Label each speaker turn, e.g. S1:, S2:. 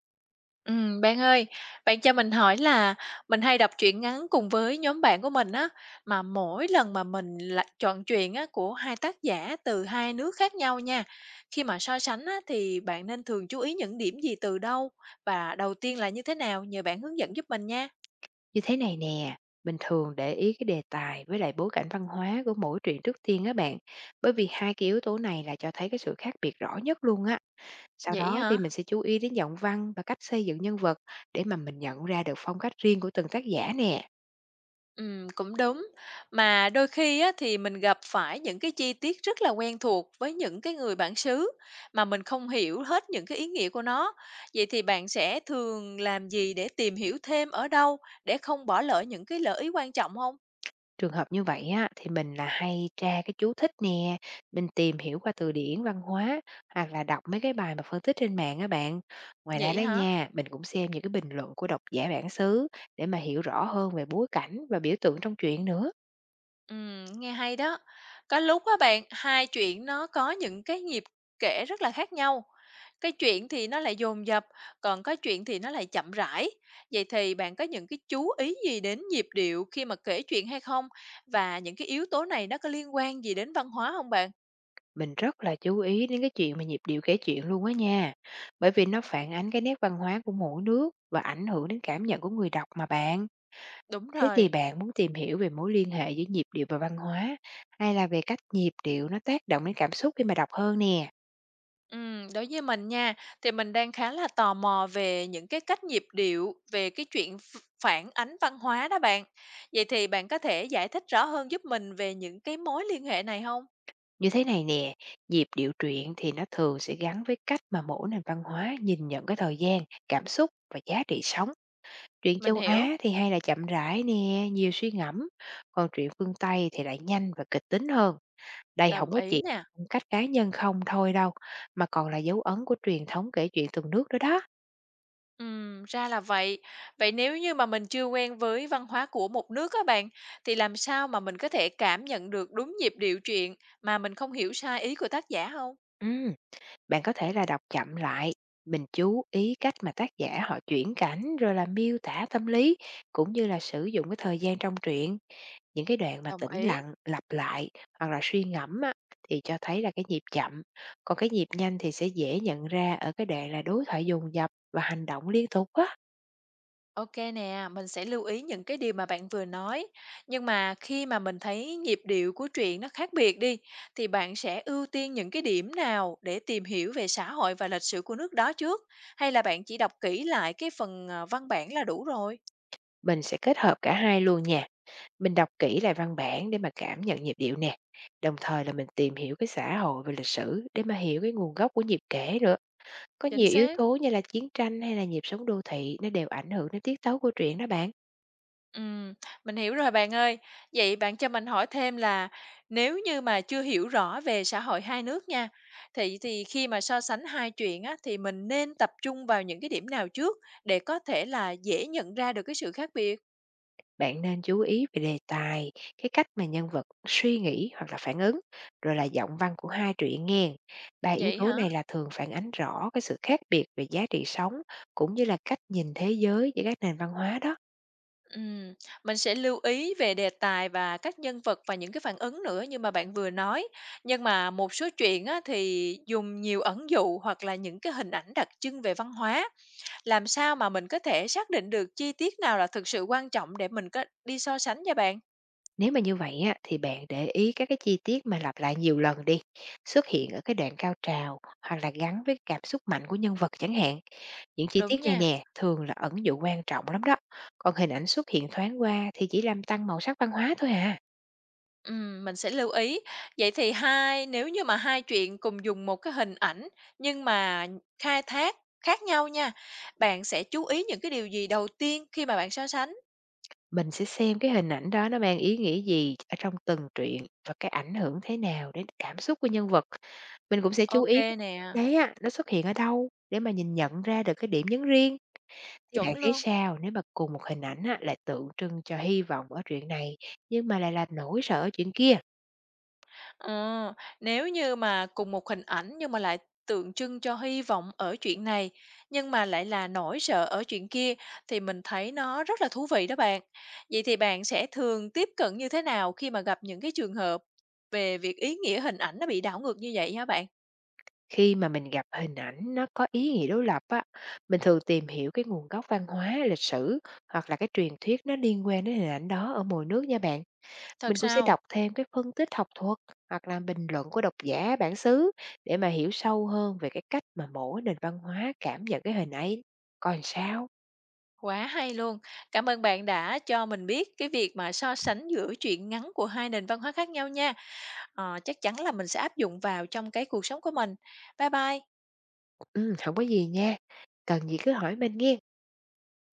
S1: Bạn ơi, bạn cho mình hỏi là mình hay đọc truyện ngắn cùng với nhóm bạn của mình á, mà mỗi lần mà mình lại chọn truyện á của hai tác giả từ hai nước khác nhau nha. Khi mà so sánh á thì bạn nên thường chú ý những điểm gì từ đâu và đầu tiên là như thế nào? Nhờ bạn hướng dẫn giúp mình nha.
S2: Như thế này nè, mình thường để ý cái đề tài với lại bối cảnh văn hóa của mỗi truyện trước tiên á bạn, bởi vì hai cái yếu tố này là cho thấy cái sự khác biệt rõ nhất luôn á. Sau
S1: Vậy
S2: đó
S1: hả?
S2: thì mình sẽ chú ý đến giọng văn và cách xây dựng nhân vật để mà mình nhận ra được phong cách riêng của từng tác giả nè.
S1: Cũng đúng. Mà đôi khi á, thì mình gặp phải những cái chi tiết rất là quen thuộc với những cái người bản xứ mà mình không hiểu hết những cái ý nghĩa của nó. Vậy thì bạn sẽ thường làm gì để tìm hiểu thêm ở đâu để không bỏ lỡ những cái lợi ý quan trọng không?
S2: Trường hợp như vậy á, thì mình là hay tra cái chú thích nè, mình tìm hiểu qua từ điển văn hóa hoặc là đọc mấy cái bài mà phân tích trên mạng á bạn. Ngoài ra
S1: Vậy
S2: đó
S1: hả?
S2: nha, mình cũng xem những cái bình luận của độc giả bản xứ để mà hiểu rõ hơn về bối cảnh và biểu tượng trong truyện nữa.
S1: Nghe hay đó. Có lúc á bạn, hai chuyện nó có những cái nhịp kể rất là khác nhau. Cái chuyện thì nó lại dồn dập, còn có chuyện thì nó lại chậm rãi. Vậy thì bạn có những cái chú ý gì đến nhịp điệu khi mà kể chuyện hay không? Và những cái yếu tố này nó có liên quan gì đến văn hóa không bạn?
S2: Mình rất là chú ý đến cái chuyện mà nhịp điệu kể chuyện luôn á nha. Bởi vì nó phản ánh cái nét văn hóa của mỗi nước và ảnh hưởng đến cảm nhận của người đọc mà bạn.
S1: Đúng
S2: Thế thì
S1: rồi.
S2: bạn muốn tìm hiểu về mối liên hệ giữa nhịp điệu và văn hóa, hay là về cách nhịp điệu nó tác động đến cảm xúc khi mà đọc hơn nè?
S1: Đối với mình nha, thì mình đang khá là tò mò về những cái cách nhịp điệu, về cái chuyện phản ánh văn hóa đó bạn. Vậy thì bạn có thể giải thích rõ hơn giúp mình về những cái mối liên hệ này không?
S2: Như thế này nè, nhịp điệu truyện thì nó thường sẽ gắn với cách mà mỗi nền văn hóa nhìn nhận cái thời gian, cảm xúc và giá trị sống. Truyện
S1: Mình
S2: châu
S1: hiểu.
S2: Á thì hay là chậm rãi nè, nhiều suy ngẫm, còn truyện phương Tây thì lại nhanh và kịch tính hơn. Đây không
S1: Đồng
S2: có
S1: ý
S2: chỉ
S1: nè.
S2: phong cách cá nhân không thôi đâu, mà còn là dấu ấn của truyền thống kể chuyện từng nước đó đó.
S1: Ra là vậy. Vậy nếu như mà mình chưa quen với văn hóa của một nước á bạn, thì làm sao mà mình có thể cảm nhận được đúng nhịp điệu truyện mà mình không hiểu sai ý của tác giả không?
S2: Ừ. Bạn có thể là đọc chậm lại, mình chú ý cách mà tác giả họ chuyển cảnh rồi là miêu tả tâm lý cũng như là sử dụng cái thời gian trong truyện, những cái đoạn mà
S1: Đồng
S2: tĩnh
S1: ý.
S2: lặng lặp lại hoặc là suy ngẫm á, thì cho thấy là cái nhịp chậm, còn cái nhịp nhanh thì sẽ dễ nhận ra ở cái đoạn là đối thoại dồn dập và hành động liên tục á.
S1: OK nè, mình sẽ lưu ý những cái điều mà bạn vừa nói. Nhưng mà khi mà mình thấy nhịp điệu của truyện nó khác biệt đi, thì bạn sẽ ưu tiên những cái điểm nào để tìm hiểu về xã hội và lịch sử của nước đó trước? Hay là bạn chỉ đọc kỹ lại cái phần à, văn bản là đủ rồi?
S2: Mình sẽ kết hợp cả hai luôn nha. Mình đọc kỹ lại văn bản để mà cảm nhận nhịp điệu nè. Đồng thời là mình tìm hiểu cái xã hội và lịch sử để mà hiểu cái nguồn gốc của nhịp kể nữa. Có
S1: Chính
S2: nhiều yếu
S1: xác.
S2: tố như là chiến tranh hay là nhịp sống đô thị nó đều ảnh hưởng đến tiết tấu của truyện đó bạn.
S1: Ừm, mình hiểu rồi bạn ơi. Vậy bạn cho mình hỏi thêm là nếu như mà chưa hiểu rõ về xã hội hai nước nha, thì khi mà so sánh hai chuyện á, thì mình nên tập trung vào những cái điểm nào trước để có thể là dễ nhận ra được cái sự khác biệt?
S2: Bạn nên chú ý về đề tài, cái cách mà nhân vật suy nghĩ hoặc là phản ứng, rồi là giọng văn của hai truyện nghe. Ba yếu
S1: Vậy
S2: tố
S1: hả?
S2: này là thường phản ánh rõ cái sự khác biệt về giá trị sống cũng như là cách nhìn thế giới giữa các nền văn hóa đó.
S1: Ừm, mình sẽ lưu ý về đề tài và các nhân vật và những cái phản ứng nữa như mà bạn vừa nói. Nhưng mà một số chuyện á, thì dùng nhiều ẩn dụ hoặc là những cái hình ảnh đặc trưng về văn hóa. Làm sao mà mình có thể xác định được chi tiết nào là thực sự quan trọng để mình có đi so sánh nha bạn?
S2: Nếu mà như vậy á, thì bạn để ý các cái chi tiết mà lặp lại nhiều lần đi, xuất hiện ở cái đoạn cao trào hoặc là gắn với cảm xúc mạnh của nhân vật chẳng hạn. Những chi
S1: Đúng
S2: tiết này
S1: nha.
S2: nè, thường là ẩn dụ quan trọng lắm đó. Còn hình ảnh xuất hiện thoáng qua thì chỉ làm tăng màu sắc văn hóa thôi à.
S1: Mình sẽ lưu ý. Vậy thì nếu như mà hai chuyện cùng dùng một cái hình ảnh nhưng mà khai thác khác nhau nha, bạn sẽ chú ý những cái điều gì đầu tiên khi mà bạn so sánh?
S2: Mình sẽ xem cái hình ảnh đó nó mang ý nghĩa gì ở trong từng truyện và cái ảnh hưởng thế nào đến cảm xúc của nhân vật. Mình cũng sẽ chú ý cái
S1: OK
S2: hình
S1: nè,
S2: ảnh đấy á, nó xuất hiện ở đâu để mà nhìn nhận ra được cái điểm nhấn riêng. Thì
S1: chuẩn
S2: bạn thấy
S1: luôn.
S2: sao nếu mà cùng một hình ảnh á, lại tượng trưng cho hy vọng ở chuyện này nhưng mà lại là nỗi sợ ở chuyện kia?
S1: Ờ, nếu như mà cùng một hình ảnh nhưng mà lại tượng trưng cho hy vọng ở chuyện này, nhưng mà lại là nỗi sợ ở chuyện kia thì mình thấy nó rất là thú vị đó bạn. Vậy thì bạn sẽ thường tiếp cận như thế nào khi mà gặp những cái trường hợp về việc ý nghĩa hình ảnh nó bị đảo ngược như vậy hả bạn?
S2: Khi mà mình gặp hình ảnh nó có ý nghĩa đối lập á, mình thường tìm hiểu cái nguồn gốc văn hóa, lịch sử hoặc là cái truyền thuyết nó liên quan đến hình ảnh đó ở mỗi nước nha bạn.
S1: Thật
S2: Mình cũng sẽ
S1: sao?
S2: đọc thêm cái phân tích học thuật hoặc là bình luận của độc giả bản xứ để mà hiểu sâu hơn về cái cách mà mỗi nền văn hóa cảm nhận cái hình ấy. Còn sao?
S1: Quá hay luôn. Cảm ơn bạn đã cho mình biết cái việc mà so sánh giữa truyện ngắn của hai nền văn hóa khác nhau nha. Ờ, chắc chắn là mình sẽ áp dụng vào trong cái cuộc sống của mình. Bye bye.
S2: Ừ, không có gì nha. Cần gì cứ hỏi mình nghe.